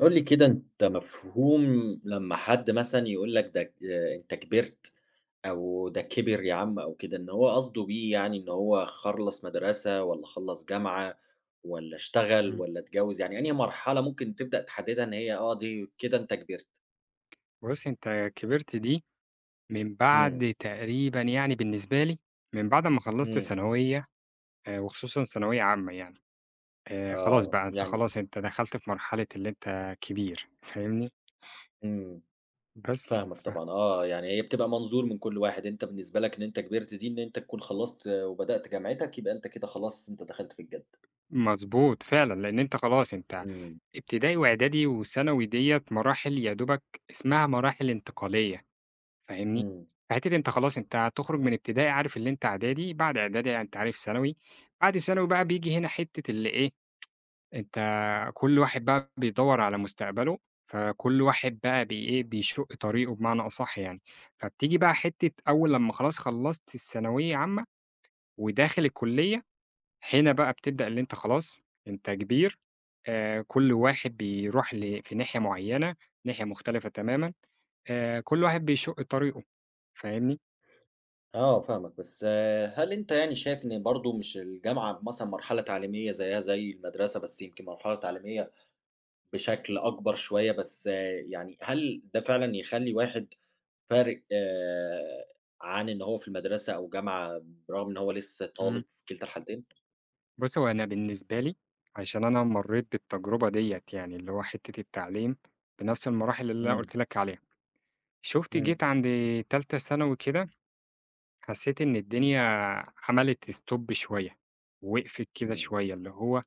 قُل لي كده أنت مفهوم لمّا حد مثلًا يقول لك ده أنت كبرت، أو ده كبر يا عم أو كده، إن هو قصده بيه يعني إن هو خلّص مدرسة والّا خلّص جامعة والّا اشتغل إمم. والّا اتجوّز، يعني أنهي مرحلة ممكن تبدأ تحددها إن هي دي كده أنت كبرت؟ بُصّي، أنتِ كبرتِ دي من إمم. بعد تقريبًا يعني بالنسبة لي، من بعد أمّا خلّصت إمم. ثانوية وخصوصًا ثانوية عامة يعني، خلاص آه، بقى أنت يعني خلاص أنت دخلت في مرحلة اللي أنت كبير فاهمني؟ إمم. بس ف فاهمك طبعًا، آه، يعني هي بتبقى منظور من كل واحد، أنت بالنسبة لك إن أنت كبرت دي إن أنت تكون خلّصت، آه، وبدأت جامعتك يبقى أنت كده خلاص أنت دخلت في الجَد. مضبوط فعلًا، لإن أنت خلاص أنت إمم. ابتدائي وإعدادي وثانوي ديّة مراحل يا دوبك اسمها مراحل انتقالية فاهمني؟ إمم. فحتّة أنت خلاص أنت هتخرج من ابتدائي عارف اللي أنت إعدادي، بعد إعدادي أنت عارف ثانوي، بعد ثانوي بقى بييجي هنا حتّة اللي إيه، أنت كل واحد بقى بيدوّر على مستقبله، فكل واحد بقى بي إيه، بيشُق طريقه بمعنى أصح يعني. فبتيجي بقى حتّة أول لمّا خلاص خلّصت الثانوية عامة وداخل الكُلّية، هنا بقى بتبدأ اللي أنت خلاص أنت كبير، كل واحد بيروح في ناحية معيّنة، ناحية مختلفة تمامًا، كل واحد بيشُق طريقه فاهمني؟ آه، فاهمك، بس آه، هل أنت يعني شايف إن برضه مش الجامعة مثلًا مرحلة تعليمية زيها زي المدرسة، بس يمكن مرحلة تعليمية بشكل أكبر شوية، بس آه، يعني هل ده فعلًا يخلّي واحد فارق، عن إن هو في المدرسة أو جامعة برغم إن هو لسه إمم. طالب في كلتا الحالتين؟ بُص، هو أنا بالنسبة لي عشان أنا مرّيت بالتجربة ديّة يعني اللي هو حتّة التعليم بنفس المراحل اللي أنا إمم. قُلت لك عليها. شُفت إمم. جيت عند تالتة ثانوي كده، حسّيت إن الدنيا عملت stop شوية، وقفت كده إمم. شوية، اللي هو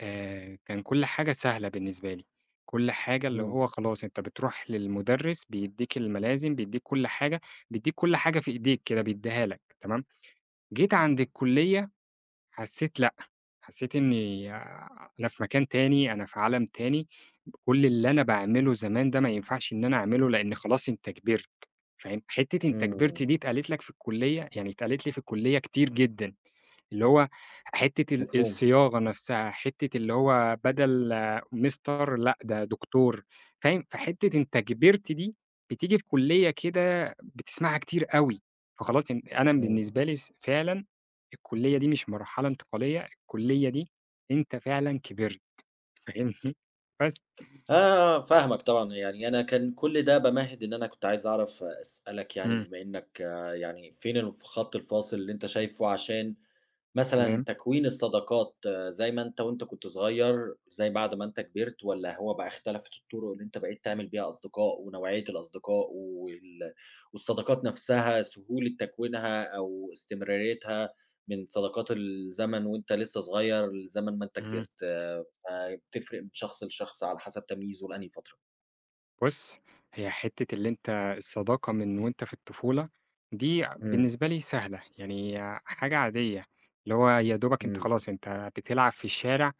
كان كل حاجة سهلة بالنسبة لي، كل حاجة اللي إمم. هو خلاص أنت بتروح للمُدرِّس بيدّيك المَلازم، بيدّيك كل حاجة، بيدّيك كل حاجة في إيديك كده بيدّيها لك تمام، جيت عند الكُلّية حسّيت لأ، حسّيت إنّي آه، أنا في مكان تاني، أنا في عالم تاني، كل اللي أنا باعمله زمان ده ما ينفعش إن أنا أعمله، لإن خلاص أنت كبرت، فاهم؟ حتّة أنت كبرت إمم. دي اتقالت لك في الكلية يعني اتقالت لي في الكلية كتير جدًا، اللي هو حتّة ال مفهوم. الصياغة نفسها، حتّة اللي هو بدل آه، مستر لأ ده دكتور، فاهم؟ فحتّة أنت كبرت دي بتيجي في كلية كده بتسمعها كتير أوي، فخلاص إن أنا إمم. بالنسبة لي فعلًا الكلية دي مش مرحلة انتقالية، الكلية دي أنت فعلًا كبرت، فاهمني؟ بس. آه، فاهمك طبعًا، يعني أنا كان كل ده بامهِّد إن أنا كنت عايز أعرف، آه، أسألك يعني إمم. بما إنك، آه، يعني فين الخط الفاصل اللي أنت شايفه عشان مثلًا تمام، تكوين الصداقات، آه، زي ما أنت كنت صغير، زي بعد ما أنت كبرت والّا هو بقى اختلفت الطرق اللي أنت بقيت تعمل بيها أصدقاء ونوعية الأصدقاء والصداقات نفسها سهولة تكوينها أو استمراريتها من صداقات الزمن وأنت لسه صغير لزمن ما أنت إمم، كبرت، آه، فبتفرق من شخص لشخص على حسب تمييزه لأنهي فترة؟ بُص، هي حتّة اللي أنت الصداقة من وأنت في الطفولة دي إمم. بالنسبة لي سهلة، يعني حاجة عادية، اللي هو يا دوبك أنت إمم. خلاص أنت بتلعب في الشارع،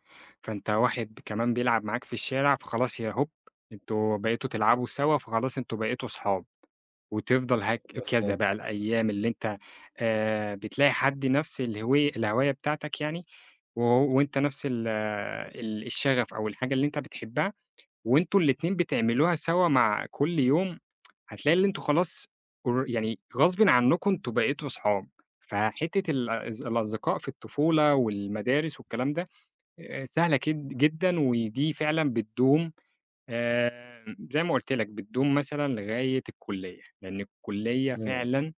فأنت واحد كمان بيلعب معاك في الشارع، فخلاص يا هوب أنتم بقيتوا تلعبوا سوا، فخلاص أنتم بقيتوا صحاب، وتفضل هكذا مفهوم. بقى الأيام اللي أنت بتلاقي حد نفس الهواية بتاعتك يعني، وهو وأنت نفس ال آه، ال الشغف أو الحاجة اللي أنت بتحبها وأنتم الاتنين بتعملوها سوا مع كل يوم، هتلاقي اللي أنتم خلاص اور يعني غصبٍ عنكم أنتم بقيتوا صحاب، فحتة ال الأص الأصدقاء في الطفولة والمدارس والكلام ده سهلة كد جدًا ودي فعلًا بتدوم زي ما قُلت لك بتدوم مثلًا لغاية الكُلّية، لإن الكُلّية إمم. فعلًا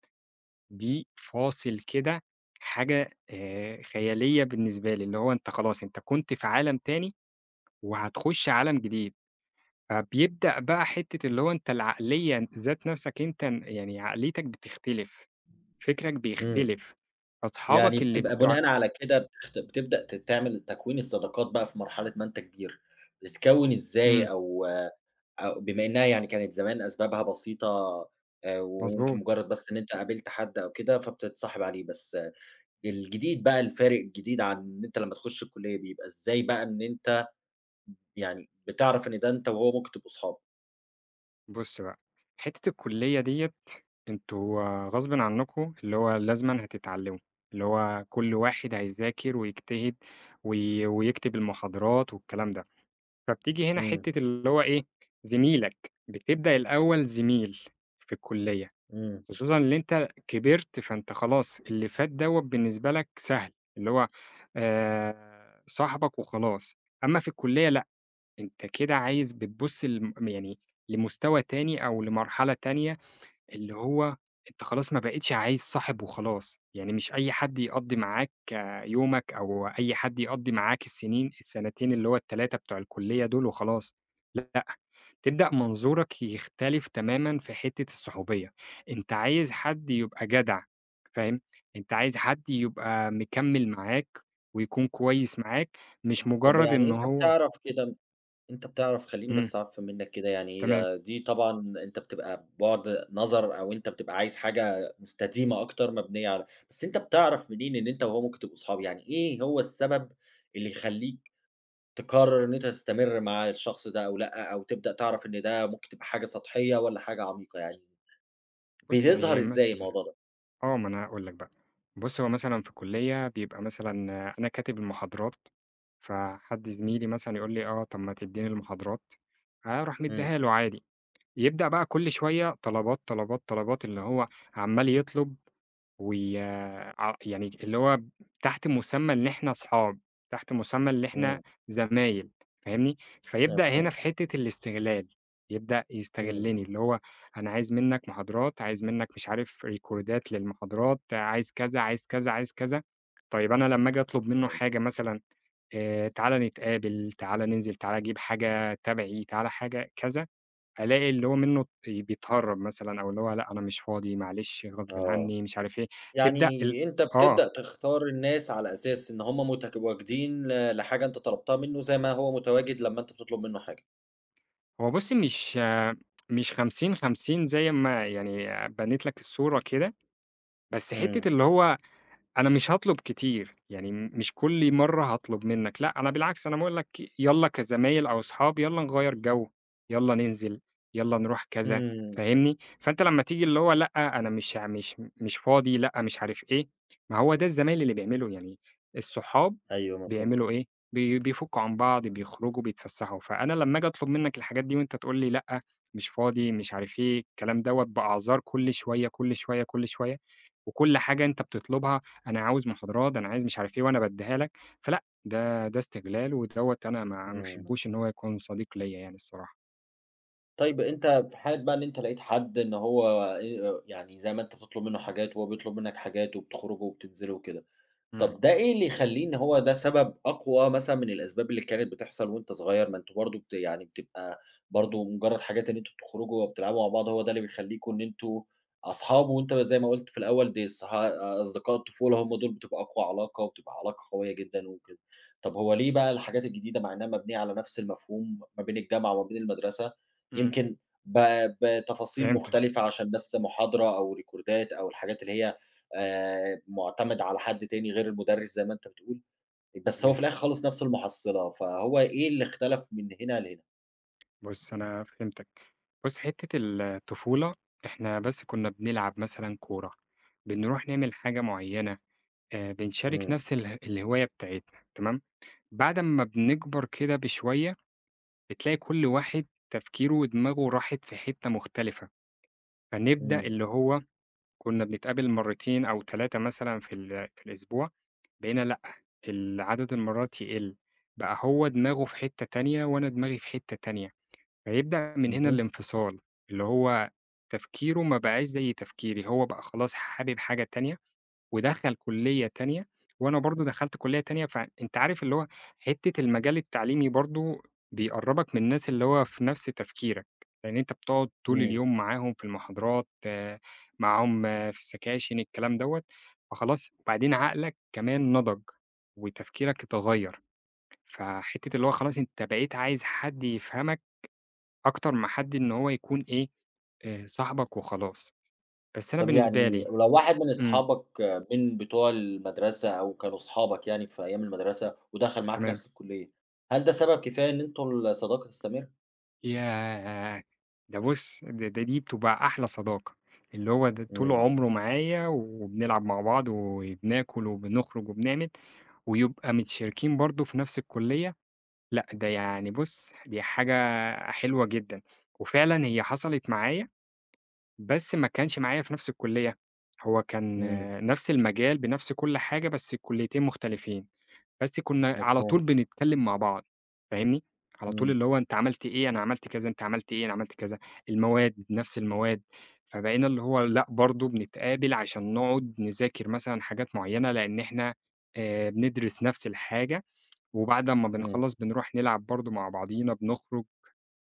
دي فاصل كده حاجة خيالية بالنسبة لي، اللي هو أنت خلاص أنت كنت في عالم تاني وهتخش عالم جديد. فبيبدأ بقى حتّة اللي هو أنت العقلية ذات نَفْسك أنت ن يعني عقليتك بتختلف، فكرك إمم. بيختلف، يعني أصحابك اللي بتبقى بتوع بناءً على كده، بتبدأ تعمل تكوين الصداقات بقى في مرحلة ما أنت كبير، بتتكوّن إمم، إزاي، أو بما إنها يعني كانت زمان أسبابها بسيطة، وممكن مضبوط. مجرد بس إن أنت قابلت حد أو كده فبتتصاحب عليه، بس آه، الجديد بقى الفارق الجديد عن إن أنت لمّا تخش الكلية بيبقى إزاي بقى إن أنت يعني بتعرف إن ده أنت وهو ممكن تبقوا صحاب؟ بُص بقى، حتّة الكُلّية ديّة أنتم غصبٍ عنّكم اللي هو لازمًا هتتعلّموا، اللي هو كل واحد هيذاكر ويجتهد ويكتب المحاضرات والكلام ده. فبتيجي هنا إمم. حتّة اللي هو إيه، زميلك، بتبدأ الأول زميل في الكُلّية. إمم. خصوصًا اللي أنت كبرت، فأنت خلاص اللي فات دوّة بالنسبة لك سهل، اللي هو صاحبك وخلاص، أمّا في الكلية لأ، أنت كده عايز بتبُص لم يعني لمستوى تاني أو لمرحلة تانية، اللي هو أنت خلاص ما بقيتش عايز صاحب وخلاص، يعني مش أي حد يقضّي معاك يومك أو أي حد يقضّي معاك السنين السنتين اللي هو ال3 بتوع الكلية دول وخلاص، لأ، تبدأ منظورك يختلف تمامًا في حتّة الصحوبية، أنت عايز حد يبقى جدع، فاهم، أنت عايز حد يبقى مكمّل معاك ويكون كويس معاك، مش طب مجرّد يعني إن أنت هو بتعرف كده، أنت بتعرف خلّيني إمم، بس أعفِّن منّك كده، يعني تمام. هي دي طبعًا أنت بتبقى بُعد نظر أو أنت بتبقى عايز حاجة مستديمة أكتر مبنية على بس أنت بتعرف منين إن أنت وهو ممكن تبقوا صحاب؟ يعني إيه هو السبب اللي يخلّيك تقرّر إن أنت تستمر مع الشخص ده أو لأ، أو تبدأ تعرف إن ده ممكن تبقى حاجة سطحية والّا حاجة عميقة، يعني بُص يعني بيظهر إيه إزاي مثلًا الموضوع ده؟ آه، ما أنا هاقول لك بقى، بُص هو مثلًا في الكلية بيبقى مثلًا آه، أنا كاتب المحاضرات، فحد زميلي مثلًا يقول لي: "آه، طب ما تدّيني المحاضرات." أروح إمم. مدّيها له عادي، يبدأ بقى كل شوية طلبات، طلبات، طلبات، اللي هو عمّال يطلب وي ع يعني اللي هو تحت مسمى إن إحنا أصحاب، تحت مسمى اللي إحنا إمم. زمايل، فاهمني؟ فيبدأ هنا مفهوم. في حتة الاستغلال، يبدأ إمم. يستغلني، اللي هو أنا عايز منّك محاضرات، عايز منّك مش عارف ريكوردات للمحاضرات، عايز كذا، عايز كذا، عايز كذا. طيب أنا لمّا آجي أطلب منّه إمم. حاجة مثلًا تعالَ نتقابل، تعالَ ننزل، تعالَ أجيب حاجة تبعي، تعالَ حاجة كذا. ألاقي اللي هو منّه بيتهرّب مثلًا أو اللي هو لأ، أنا مش فاضي، معلش، غصبٍ آه. عنّي، مش عارف إيه، يعني تبدأ ال أنت آه. بتبدأ تختار الناس على أساس إن هم متواجدين لحاجة أنت طلبتها منه، زي ما هو متواجد لمّا أنت بتطلب منه حاجة. هو بُصّي، مش 50، 50 زي ما يعني بنّيت لك الصورة كده، بس حتّة إمم. اللي هو أنا مش هاطلب كتير، يعني م- مش كل مرّة هاطلب منّك، لأ أنا بالعكس أنا باقول لك يالّا كزمايل أو أصحاب يالّا نغيّر جو، يالّا ننزل، يالّا نروح كذا، إمم. فاهمني؟ فأنت لمّا تيجي اللي هو لأ أنا مش فاضي، لأ مش عارف إيه، ما هو ده الزمايل اللي بيعملوا يعني الصحاب أيوه مفهوم. بيعملوا إيه، بيفكّوا عن بعض، بيخرجوا، بيتفسّحوا، فأنا لمّا آجي أطلب منّك الحاجات دي وأنت تقول لي لأ، مش فاضي، مش عارف إيه، الكلام دوّة بأعذار كل شوية، كل شوية، كل شوية، وكل حاجة أنت بتطلبها أنا عاوز محاضرات، أنا عايز مش عارف إيه وأنا بادّيها لك، فلأ، ده استغلال ودوّة أنا ما إمم. أحبّوش إن هو يكون صديق ليّا يعني الصراحة. طيب أنت في حالة بقى إن أنت لقيت حد إن هو يعني زي ما أنت بتطلب منه حاجات وهو بيطلب منك حاجات وبتخرجوا وبتنزلوا وكده. إمم، طب ده إيه اللي يخلّيه إن هو ده سبب أقوى مثلًا من الأسباب اللي كانت بتحصل وأنت صغير؟ ما أنتم برضه يعني بتبقى برضه مجرّد حاجات إن أنتم بتخرجوا وبتلعبوا مع بعض هو ده اللي بيخلّيكم إن أنتم أصحاب، وأنت زي ما قُلت في الأول دي أصدقاء الطفولة هم دول بتبقى أقوى علاقة، وبتبقى علاقة قوية جدًا وكده. طب هو ليه بقى الحاجات الجديدة مع إنها مبنية على نفس المفهوم ما بين الجامعة وما بين المدرسة، إمم. يمكن ب بتفاصيل فهمتك، مختلفة عشان بس محاضرة أو ريكوردات أو الحاجات اللي هي مُعتمد على حد تاني غير المُدرِّس زي ما أنت بتقول، بس هو تمام. في الآخر خالص نفس المحصّلة، فهو إيه اللي اختلف من هنا لهنا؟ بُص أنا فهمتك. بُص حتّة الطفولة إحنا بس كُنّا بنلعب مثلًا كورة، بنروح نعمل حاجة معيّنة، بنشارك إمم. نفس الهواية بتاعتنا تمام، بعد أمّا بنكبر كده بشوية، بتلاقي كل واحد تفكيره ودماغه راحت في حتّة مختلفة، فنبدأ إمم. اللي هو كنا بنتقابل مرّتين أو 3 مثلًا في الأسبوع، بقينا لأ، ال عدد المرّات يقِل، بقى هو دماغه في حتّة تانية وأنا دماغي في حتّة تانية، فيبدأ من هنا اهم. الانفصال، اللي هو تفكيره ما بقاش زي تفكيري، هو بقى خلاص حابب حاجة تانية ودخل كلية تانية، وأنا برضه دخلت كلية تانية، فأنت عارف اللي هو حتة المجال التعليمي برضه بيقرّبك من الناس اللي هو في نفس تفكيرك، لإن أنت بتقعد طول إمم. اليوم معاهم في المحاضرات، آه، معاهم آه، في السكاشن، الكلام دوّة، فخلاص وبعدين عقلك كمان نضج، وتفكيرك اتغيّر، فحتة اللي هو خلاص أنت بقيت عايز حد يفهمك أكتر ما حد إن هو يكون إيه، صاحبك وخلاص، بس أنا طب بالنسبة يعني لي ولو واحد من إمم، أصحابك، آه، من بتوع المدرسة أو كانوا أصحابك يعني في أيام المدرسة ودخل معاك تمام. نفس الكُلّية، هل ده سبب كفاية إن أنتم الصداقة تستمر؟ ياه! ده بُص، ده دي بتبقى أحلى صداقة، اللي هو ده طول إمم. عمره معايا وبنلعب مع بعض وبناكل وبنخرج وبنعمل، ويبقى متشاركين برضه في نفس الكُلّية، لأ ده يعني بُص، دي حاجة حلوة جدًا، وفعلًا هي حصلت معايا، بس ما كانش معايا في نفس الكُلّية، هو كان إمم. آه، نفس المجال بنفس كل حاجة، بس الكُلّيتين مختلفين. بس كنا على مفهوم. طول بنتكلم مع بعض، فاهمني؟ على طول إمم. اللي هو أنت عملت إيه، أنا عملت كذا، أنت عملت إيه، أنا عملت كذا، المواد نفس المواد، فبقينا اللي هو لأ برضه بنتقابل عشان نقعد نذاكر مثلًا حاجات معينة، لأن إحنا بندرس نفس الحاجة، وبعد أمّا إمم. بنخلّص بنروح نلعب برضه مع بعضينا، بنخرج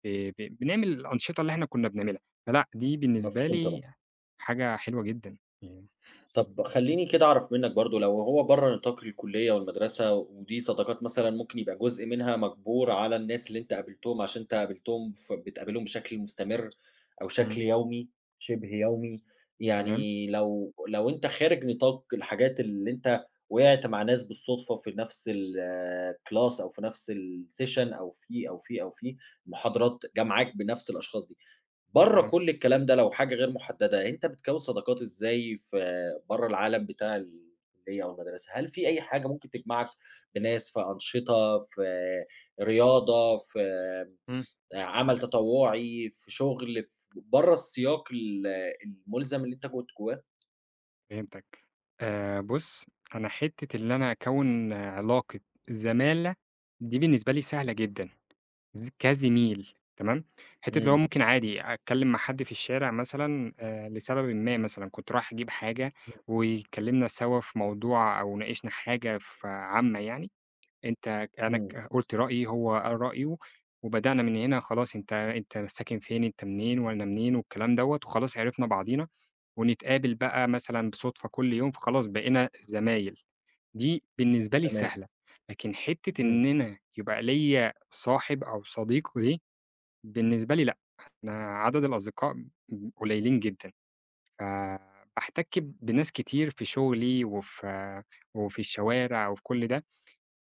ب بنعمل الأنشطة اللي إحنا كنا بنعملها، فلأ دي بالنسبة مفهوم طبعًا. لي حاجة حلوة جدًا يعني. طب خلّيني كده أعرف منّك برضه لو هو برّه نطاق الكلية والمدرسة، ودي صداقات مثلًا ممكن يبقى جزء منها مجبور على الناس اللي أنت قابلتهم عشان أنت قابلتهم فبتقابلهم بشكل مستمر أو إمم، شكل يومي، شبه يومي، تمام، يعني لو أنت خارج نطاق الحاجات اللي أنت وقعت مع ناس بالصدفة في نفس الclass أو في نفس الsession أو في، أو في، أو في، المحاضرات جا معاك بنفس الأشخاص دي. برّه تمام، كل الكلام ده لو حاجة غير محددة، أنت بتكوّن صداقات إزاي في برّه العالم بتاع الكلية أو المدرسة؟ هل في أي حاجة ممكن تجمعك بناس، في أنشطة، في رياضة، في إمم. عمل تطوعي، في شغل، في برّه السياق الملزم اللي أنت كنت جواه؟ فهمتك. بُص، أنا حتّة اللي أنا أكوّن آه، علاقة زمالة دي بالنسبة لي سهلة جدًا، كزميل تمام، حتّة اللي هو إمم. ممكن عادي أتكلّم مع حد في الشارع مثلًا لسببٍ ما مثلًا كنت رايح أجيب حاجة إمم. واتكلّمنا سوا في موضوع أو ناقشنا حاجة ف عامة يعني أنت أنا إمم. قُلت رأيي، هو قال رأيه، وبدأنا من هنا خلاص أنت ساكن فين، أنت منين وأنا منين والكلام دوّة، وخلاص عرفنا بعضينا، ونتقابل بقى مثلًا بالصدفة كل يوم، فخلاص بقينا زمايل، دي بالنسبة لي تمام. سهلة، لكن حتّة إمم. إن أنا يبقى ليّا صاحب أو صديق دي بالنسبة لي لأ، أنا عدد الأصدقاء قليلين جدًا، فباحتك بناس كتير في شغلي وفي الشوارع وفي كل ده،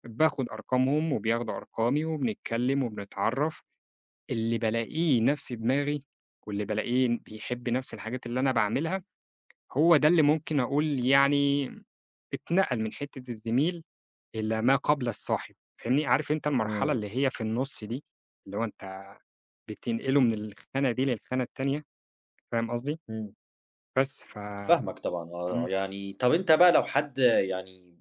باخد أرقامهم وبياخدوا أرقامي وبنتكلم وبنتعرّف، اللي بالاقيه نَفْس دماغي واللي بالاقيه بيحب نَفْس الحاجات اللي أنا باعملها، هو ده اللي ممكن أقول يعني اتنقل من حتّة الزميل إلى ما قبل الصاحب، فاهمني؟ عارف أنت المرحلة إمم. اللي هي في النُص دي، اللي هو أنت بتنقله من الخانة دي للخانة التانية، فاهم قصدي؟ إمم. بس ف فاهمك طبعًا، آه، إمم، يعني طَب أنت بقى لو حد يعني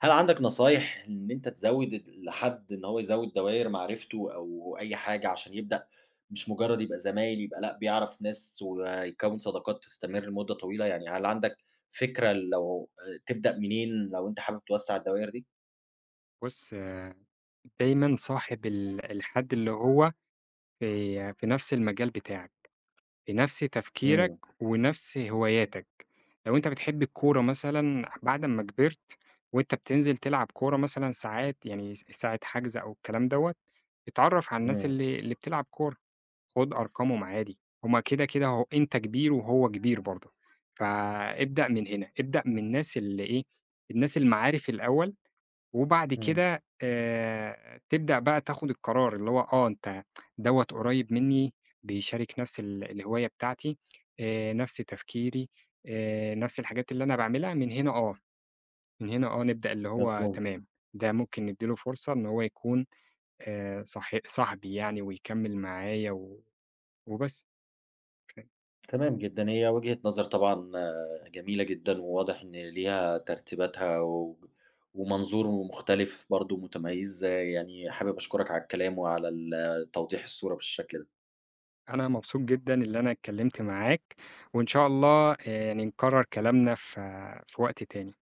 هل عندك نصايح إن أنت تزوّد لحد إن هو يزوّد دوائر معرفته أو أي حاجة عشان يبدأ مش مجرّد يبقى زمايل، يبقى لأ بيعرف ناس ويكوّن صداقات تستمر لمدة طويلة؟ يعني هل عندك فكرة لو تبدأ منين لو أنت حابب توسّع الدوائر دي؟ بُص دايمًا صاحب الحد اللي هو في نَفْس المجال بتاعك. بنفس تفكيرك إمم. ونفس هواياتك. لو أنت بتحب الكورة مثلًا بعد أمّا كبرت وأنت بتنزل تلعب كورة مثلًا ساعات يعني ساعة حجز أو الكلام دوّة، اتعرّف على الناس إمم. اللي بتلعب كورة، خُد أرقامهم عادي، هُم كده، كده هو أنت كبير وهو كبير برضه، فابدأ من هنا، ابدأ من الناس اللي إيه، الناس المعارف الأول وبعد إمم. كده تبدأ بقى تاخد القرار، اللي هو آه أنت دوّة قريب منّي، بيشارك نفس الهواية بتاعتي، نفس تفكيري، نفس الحاجات اللي أنا باعملها، من هنا آه، من هنا آه نبدأ اللي هو مفهوم. تمام، ده ممكن ندّي له فرصة إن هو يكون صاحبي يعني ويكمّل معايا وبس. تمام جدًا، هي وجهة نظر طبعًا، آه، جميلة جدًا، وواضح إن ليها ترتيباتها ومنظور مختلف برضه متميز، آه، يعني حابب أشكرك على الكلام وعلى توضيح الصورة بالشكل ده. أنا مبسوط جدًا اللي أنا اتكلّمت معاك، وإن شاء الله يعني نكرّر كلامنا في وقت تاني.